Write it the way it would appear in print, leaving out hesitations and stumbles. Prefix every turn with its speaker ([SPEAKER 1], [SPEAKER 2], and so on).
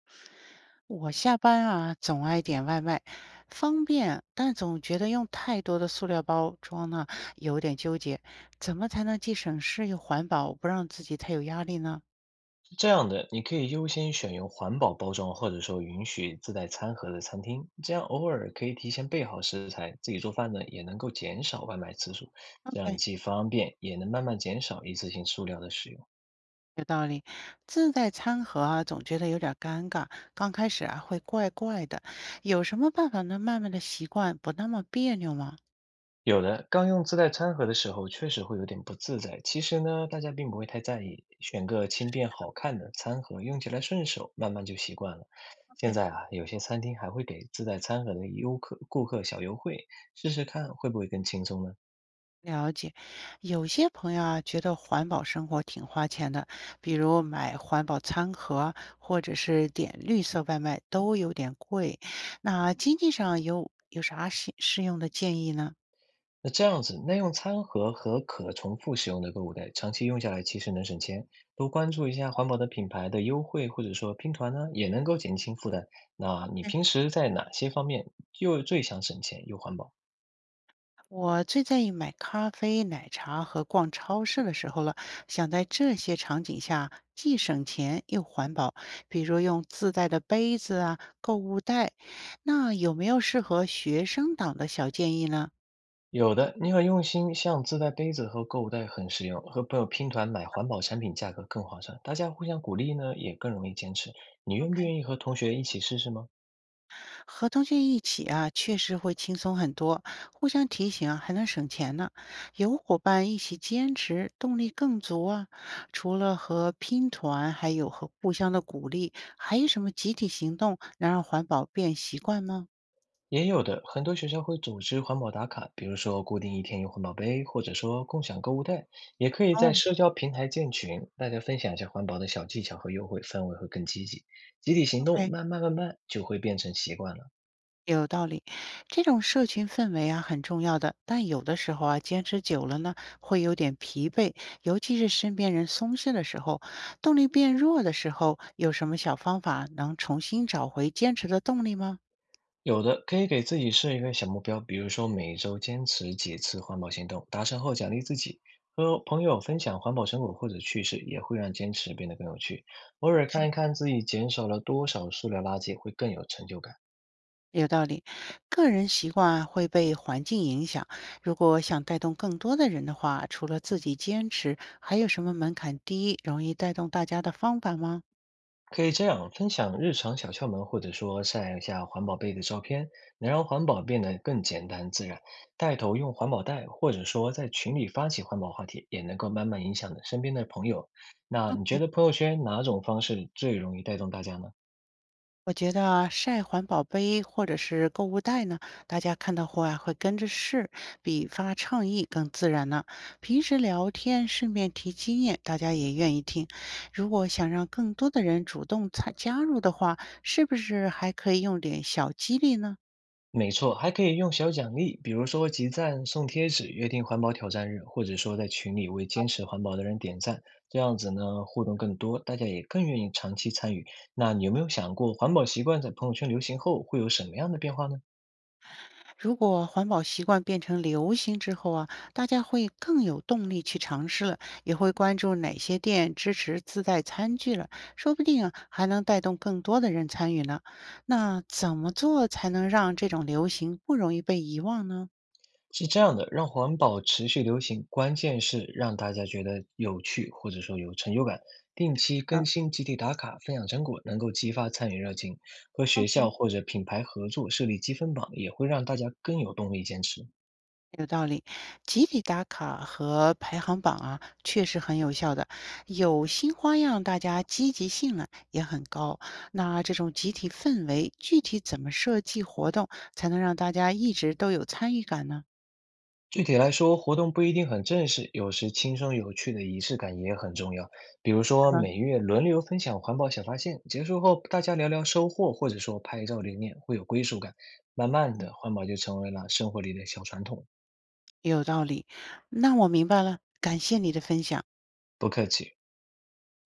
[SPEAKER 1] 我下班啊，总爱点外卖，方便，但总觉得用太多的塑料包装呢，有点纠结。怎么才能既省事又环保，不让自己太有压力呢
[SPEAKER 2] 这样的，你可以优先选用环保包装，或者说允许自带餐盒的餐厅，这样偶尔可以提前备好食材，自己做饭呢也能够减少外卖次数，这样
[SPEAKER 1] ？OK，
[SPEAKER 2] 既方便也能慢慢减少一次性塑料的使用。
[SPEAKER 1] 有道理。自带餐盒啊，总觉得有点尴尬，刚开始啊会怪怪的。有什么办法能慢慢的习惯，不那么别扭吗？
[SPEAKER 2] 有的刚用自带餐盒的时候，确实会有点不自在。其实呢，大家并不会太在意，选个轻便好看的餐盒，用起来顺手，慢慢就习惯了。现在啊，有些餐厅还会给自带餐盒的顾客小优惠，试试看会不会更轻松呢？
[SPEAKER 1] 了解，有些朋友啊觉得环保生活挺花钱的，比如买环保餐盒或者是点绿色外卖都有点贵。那经济上有啥适用的建议呢？
[SPEAKER 2] 那这样子，耐用餐盒和可重复使用的购物袋，长期用下来其实能省钱。多关注一下环保的品牌的优惠，或者说拼团呢，也能够减轻负担。那你
[SPEAKER 1] 哎，
[SPEAKER 2] 平时在哪些方面又最想省钱又环保？
[SPEAKER 1] 我最在意买咖啡、奶茶和逛超市的时候了，想在这些场景下既省钱又环保，比如用自带的杯子啊、购物袋。那有没有适合学生党的小建议呢？
[SPEAKER 2] 有的，你很用心，像自带杯子和购物袋很实用，和朋友拼团买环保产品价格更划算，大家互相鼓励呢，也更容易坚持。你愿不愿意和同学一起试试吗？
[SPEAKER 1] 和同学一起啊，确实会轻松很多，互相提醒啊，还能省钱呢。有伙伴一起坚持，动力更足啊。除了和拼团，还有和互相的鼓励，还有什么集体行动能让环保变习惯吗？
[SPEAKER 2] 也有的，很多学校会组织环保打卡，比如说固定一天用环保杯，或者说共享购物袋，也可以在
[SPEAKER 1] 哦
[SPEAKER 2] 社交平台建群，大家分享一下环保的小技巧和优惠，氛围会更积极。集体行动
[SPEAKER 1] ，OK。
[SPEAKER 2] 慢慢就会变成习惯了。
[SPEAKER 1] 有道理，这种社群氛围啊很重要的，但有的时候啊，坚持久了呢，会有点疲惫，尤其是身边人松懈的时候，动力变弱的时候，有什么小方法能重新找回坚持的动力吗？
[SPEAKER 2] 有的可以给自己设一个小目标，比如说每周坚持几次环保行动，达成后奖励自己。和朋友分享环保成果或者趣事，也会让坚持变得更有趣。偶尔看一看自己减少了多少塑料垃圾，会更有成就感。
[SPEAKER 1] 有道理，个人习惯啊会被环境影响，如果想带动更多的人的话，除了自己坚持，还有什么门槛低、容易带动大家的方法吗？
[SPEAKER 2] 可以这样分享日常小窍门，或者说晒一下环保杯的照片，能让环保变得更简单自然。带头用环保袋，或者说在群里发起环保话题，也能够慢慢影响身边的朋友。那你觉得朋友圈哪种方式最容易带动大家呢？
[SPEAKER 1] 我觉得啊晒环保杯或者是购物袋呢，大家看到后啊会跟着试，比发倡议更自然呢。平时聊天顺便提经验，大家也愿意听。如果想让更多的人主动参加入的话，是不是还可以用点小激励呢？
[SPEAKER 2] 没错，还可以用小奖励，比如说集赞、送贴纸、约定环保挑战日，或者说在群里为坚持环保的人点赞，这样子呢，互动更多，大家也更愿意长期参与。那你有没有想过，环保习惯在朋友圈流行后会有什么样的变化呢？
[SPEAKER 1] 如果环保习惯变成流行之后啊，大家会更有动力去尝试了，也会关注哪些店支持自带餐具了，说不定啊还能带动更多的人参与呢。那怎么做才能让这种流行不容易被遗忘呢？
[SPEAKER 2] 是这样的，让环保持续流行，关键是让大家觉得有趣，或者说有成就感。定期更新、集体打卡、分享成果，能够激发参与热情。和
[SPEAKER 1] 好
[SPEAKER 2] 学校
[SPEAKER 1] 的。
[SPEAKER 2] 或者品牌合作设立积分榜，也会让大家更有动力坚持。
[SPEAKER 1] 有道理，集体打卡和排行榜啊，确实很有效的。有新花样，大家积极性呢也很高。那这种集体氛围，具体怎么设计活动，才能让大家一直都有参与感呢？
[SPEAKER 2] 具体来说，活动不一定很正式，有时轻松有趣的仪式感也很重要。比如
[SPEAKER 1] 是
[SPEAKER 2] 说，
[SPEAKER 1] 吧？
[SPEAKER 2] 每月轮流分享环保小发现，结束后大家聊聊收获，或者说拍照留念，会有归属感。慢慢
[SPEAKER 1] 嗯，
[SPEAKER 2] 的，环保就成为了生活里的小传统。
[SPEAKER 1] 有道理，那我明白了，感谢你的分享。
[SPEAKER 2] 不客气。